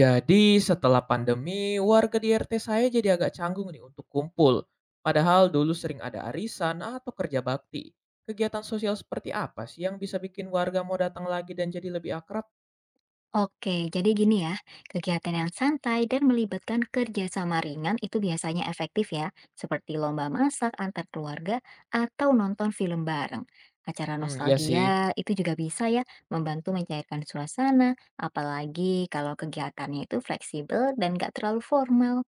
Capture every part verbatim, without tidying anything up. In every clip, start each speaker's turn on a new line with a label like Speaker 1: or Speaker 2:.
Speaker 1: Jadi setelah pandemi, warga di R T saya jadi agak canggung nih untuk kumpul. Padahal dulu sering ada arisan atau kerja bakti. Kegiatan sosial seperti apa sih yang bisa bikin warga mau datang lagi dan jadi lebih akrab?
Speaker 2: Oke, jadi gini ya, kegiatan yang santai dan melibatkan kerjasama ringan itu biasanya efektif ya, seperti lomba masak antar keluarga atau nonton film bareng. Acara
Speaker 1: Hmm, iya sih.
Speaker 2: nostalgia itu juga bisa ya, membantu mencairkan suasana, apalagi kalau kegiatannya itu fleksibel dan gak terlalu formal.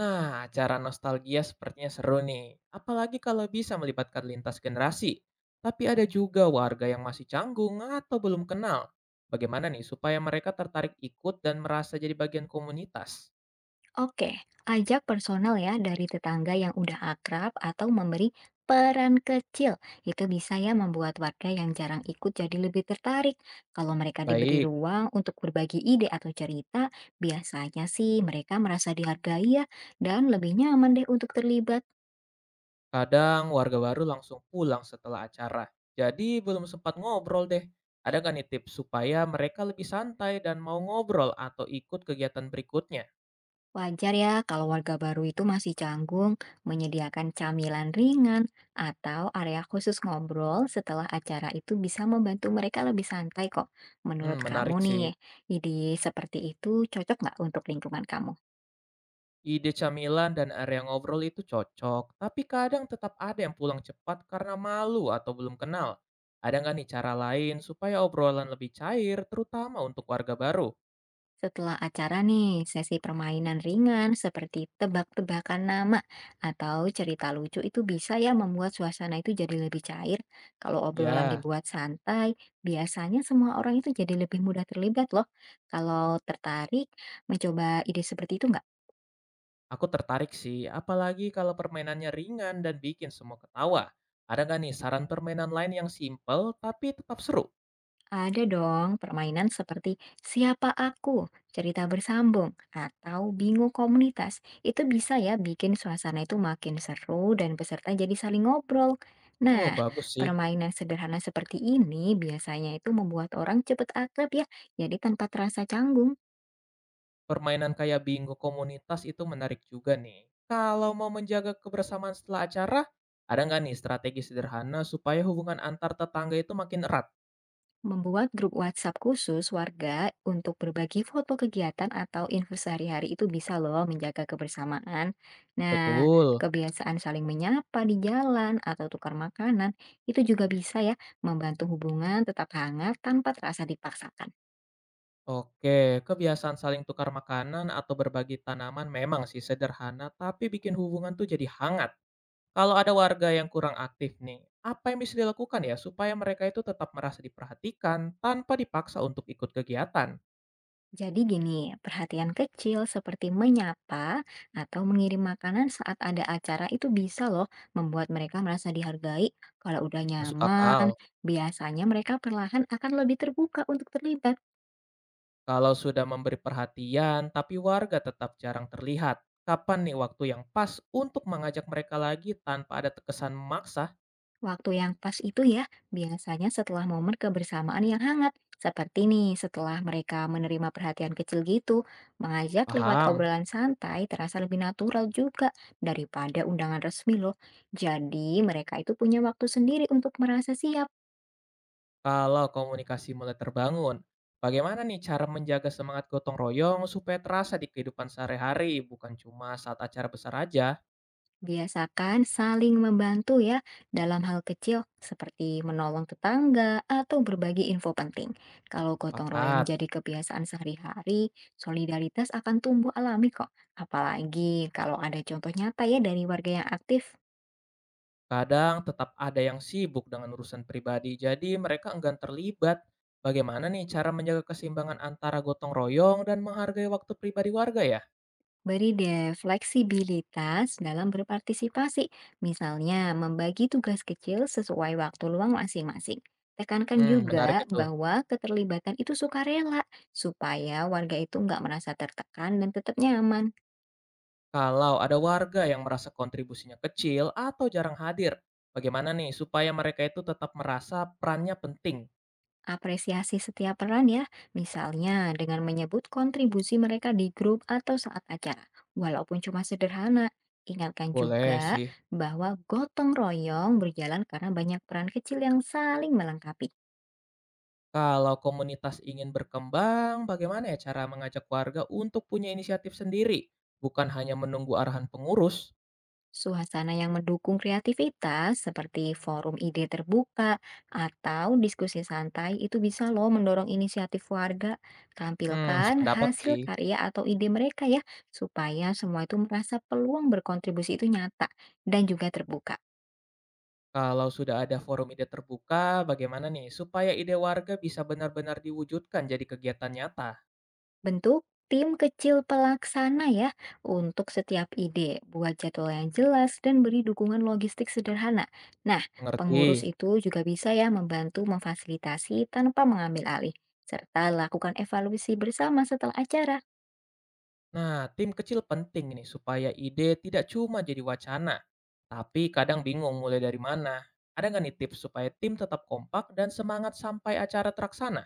Speaker 1: Nah, acara nostalgia sepertinya seru nih. Apalagi kalau bisa melibatkan lintas generasi. Tapi ada juga warga yang masih canggung atau belum kenal. Bagaimana nih supaya mereka tertarik ikut dan merasa jadi bagian komunitas?
Speaker 2: Oke, ajak personal ya dari tetangga yang udah akrab atau memberi peran kecil. Itu bisa ya membuat warga yang jarang ikut jadi lebih tertarik. Kalau mereka diberi
Speaker 1: Baik.
Speaker 2: ruang untuk berbagi ide atau cerita, biasanya sih mereka merasa dihargai ya dan lebih nyaman deh untuk terlibat.
Speaker 1: Kadang warga baru langsung pulang setelah acara. Jadi belum sempat ngobrol deh. Ada nggak nih tips supaya mereka lebih santai dan mau ngobrol atau ikut kegiatan berikutnya?
Speaker 2: Wajar ya kalau warga baru itu masih canggung, menyediakan camilan ringan atau area khusus ngobrol setelah acara itu bisa membantu mereka lebih santai kok.
Speaker 1: Hmm,
Speaker 2: Menurut kamu
Speaker 1: menarik sih.
Speaker 2: nih, ide seperti itu cocok nggak untuk lingkungan kamu?
Speaker 1: Ide camilan dan area ngobrol itu cocok, tapi kadang tetap ada yang pulang cepat karena malu atau belum kenal. Ada nggak nih cara lain supaya obrolan lebih cair, terutama untuk warga baru?
Speaker 2: Setelah acara nih, sesi permainan ringan seperti tebak-tebakan nama atau cerita lucu itu bisa ya membuat suasana itu jadi lebih cair. Kalau obrolan
Speaker 1: Ya.
Speaker 2: dibuat santai, biasanya semua orang itu jadi lebih mudah terlibat loh. Kalau tertarik, mencoba ide seperti itu nggak?
Speaker 1: Aku tertarik sih, apalagi kalau permainannya ringan dan bikin semua ketawa. Ada nggak nih saran permainan lain yang simple tapi tetap seru?
Speaker 2: Ada dong permainan seperti Siapa Aku, Cerita Bersambung, atau Bingo Komunitas. Itu bisa ya bikin suasana itu makin seru dan peserta jadi saling ngobrol.
Speaker 1: Oh,
Speaker 2: Nah,
Speaker 1: bagus sih.
Speaker 2: permainan sederhana seperti ini biasanya itu membuat orang cepet akrab ya, jadi tanpa terasa canggung.
Speaker 1: Permainan kayak bingo komunitas itu menarik juga nih. Kalau mau menjaga kebersamaan setelah acara, ada nggak nih strategi sederhana supaya hubungan antar tetangga itu makin erat?
Speaker 2: Membuat grup WhatsApp khusus warga untuk berbagi foto kegiatan atau info sehari-hari itu bisa loh menjaga kebersamaan. Nah,
Speaker 1: Betul.
Speaker 2: kebiasaan saling menyapa di jalan atau tukar makanan itu juga bisa ya membantu hubungan tetap hangat tanpa terasa dipaksakan.
Speaker 1: Oke, kebiasaan saling tukar makanan atau berbagi tanaman memang sih sederhana, tapi bikin hubungan tuh jadi hangat. Kalau ada warga yang kurang aktif nih, apa yang bisa dilakukan ya supaya mereka itu tetap merasa diperhatikan tanpa dipaksa untuk ikut kegiatan?
Speaker 2: Jadi gini, perhatian kecil seperti menyapa atau mengirim makanan saat ada acara itu bisa loh membuat mereka merasa dihargai. Kalau udah
Speaker 1: Masuk
Speaker 2: nyaman,
Speaker 1: akal.
Speaker 2: biasanya mereka perlahan akan lebih terbuka untuk terlibat.
Speaker 1: Kalau sudah memberi perhatian tapi warga tetap jarang terlihat, kapan nih waktu yang pas untuk mengajak mereka lagi tanpa ada terkesan memaksa?
Speaker 2: Waktu yang pas itu ya, biasanya setelah momen kebersamaan yang hangat. Seperti nih, setelah mereka menerima perhatian kecil gitu, mengajak lewat
Speaker 1: Paham.
Speaker 2: obrolan santai terasa lebih natural juga daripada undangan resmi loh. Jadi mereka itu punya waktu sendiri untuk merasa siap.
Speaker 1: Kalau komunikasi mulai terbangun, bagaimana nih cara menjaga semangat gotong royong supaya terasa di kehidupan sehari-hari, bukan cuma saat acara besar aja?
Speaker 2: Biasakan saling membantu ya dalam hal kecil seperti menolong tetangga atau berbagi info penting. Kalau gotong royong
Speaker 1: Sepakat.
Speaker 2: jadi kebiasaan sehari-hari, solidaritas akan tumbuh alami kok. Apalagi kalau ada contoh nyata ya dari warga yang aktif.
Speaker 1: Kadang tetap ada yang sibuk dengan urusan pribadi, jadi mereka enggan terlibat. Bagaimana nih cara menjaga keseimbangan antara gotong royong dan menghargai waktu pribadi warga ya?
Speaker 2: Beri deh fleksibilitas dalam berpartisipasi, misalnya membagi tugas kecil sesuai waktu luang masing-masing. Tekankan
Speaker 1: Hmm, menarik
Speaker 2: juga
Speaker 1: itu.
Speaker 2: bahwa keterlibatan itu sukarela, supaya warga itu nggak merasa tertekan dan tetap nyaman.
Speaker 1: Kalau ada warga yang merasa kontribusinya kecil atau jarang hadir, bagaimana nih supaya mereka itu tetap merasa perannya penting?
Speaker 2: Apresiasi setiap peran ya, misalnya dengan menyebut kontribusi mereka di grup atau saat acara, walaupun cuma sederhana. Ingatkan
Speaker 1: Boleh
Speaker 2: juga
Speaker 1: sih.
Speaker 2: bahwa gotong royong berjalan karena banyak peran kecil yang saling melengkapi.
Speaker 1: Kalau komunitas ingin berkembang, bagaimana ya cara mengajak warga untuk punya inisiatif sendiri, bukan hanya menunggu arahan pengurus?
Speaker 2: Suasana yang mendukung kreativitas seperti forum ide terbuka atau diskusi santai itu bisa loh mendorong inisiatif warga.
Speaker 1: Hmm,
Speaker 2: Tampilkan
Speaker 1: sependapat
Speaker 2: hasil
Speaker 1: sih.
Speaker 2: karya atau ide mereka ya, supaya semua itu merasa peluang berkontribusi itu nyata dan juga terbuka.
Speaker 1: Kalau sudah ada forum ide terbuka, bagaimana nih supaya ide warga bisa benar-benar diwujudkan jadi kegiatan nyata?
Speaker 2: Bentuk tim kecil pelaksana ya untuk setiap ide, buat jadwal yang jelas dan beri dukungan logistik sederhana. Nah,
Speaker 1: Mengerti?
Speaker 2: pengurus itu juga bisa ya membantu memfasilitasi tanpa mengambil alih, serta lakukan evaluasi bersama setelah acara.
Speaker 1: Nah, tim kecil penting nih supaya ide tidak cuma jadi wacana, tapi kadang bingung mulai dari mana. Ada nggak nih tips supaya tim tetap kompak dan semangat sampai acara terlaksana?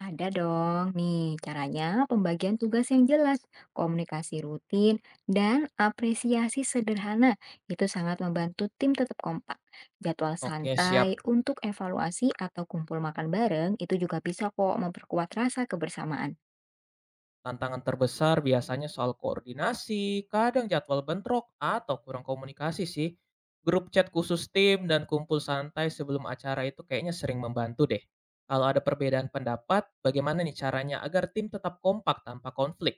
Speaker 2: Ada dong. Nih, caranya pembagian tugas yang jelas, komunikasi rutin, dan apresiasi sederhana itu sangat membantu tim tetap kompak. Jadwal
Speaker 1: Oke, siap.
Speaker 2: santai untuk evaluasi atau kumpul makan bareng itu juga bisa kok memperkuat rasa kebersamaan.
Speaker 1: Tantangan terbesar biasanya soal koordinasi, kadang jadwal bentrok, atau kurang komunikasi sih. Grup chat khusus tim dan kumpul santai sebelum acara itu kayaknya sering membantu deh. Kalau ada perbedaan pendapat, bagaimana nih caranya agar tim tetap kompak tanpa konflik?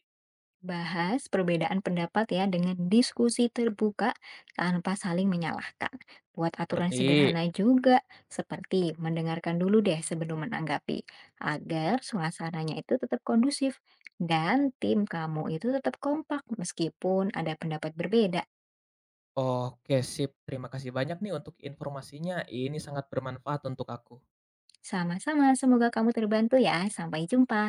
Speaker 2: Bahas perbedaan pendapat ya dengan diskusi terbuka tanpa saling menyalahkan. Buat aturan
Speaker 1: Ngerti?
Speaker 2: sederhana juga, seperti mendengarkan dulu deh sebelum menanggapi, agar suasananya itu tetap kondusif dan tim kamu itu tetap kompak meskipun ada pendapat berbeda.
Speaker 1: Oke, sip. Terima kasih banyak nih untuk informasinya. Ini sangat bermanfaat untuk aku.
Speaker 2: Sama-sama, semoga kamu terbantu ya. Sampai jumpa.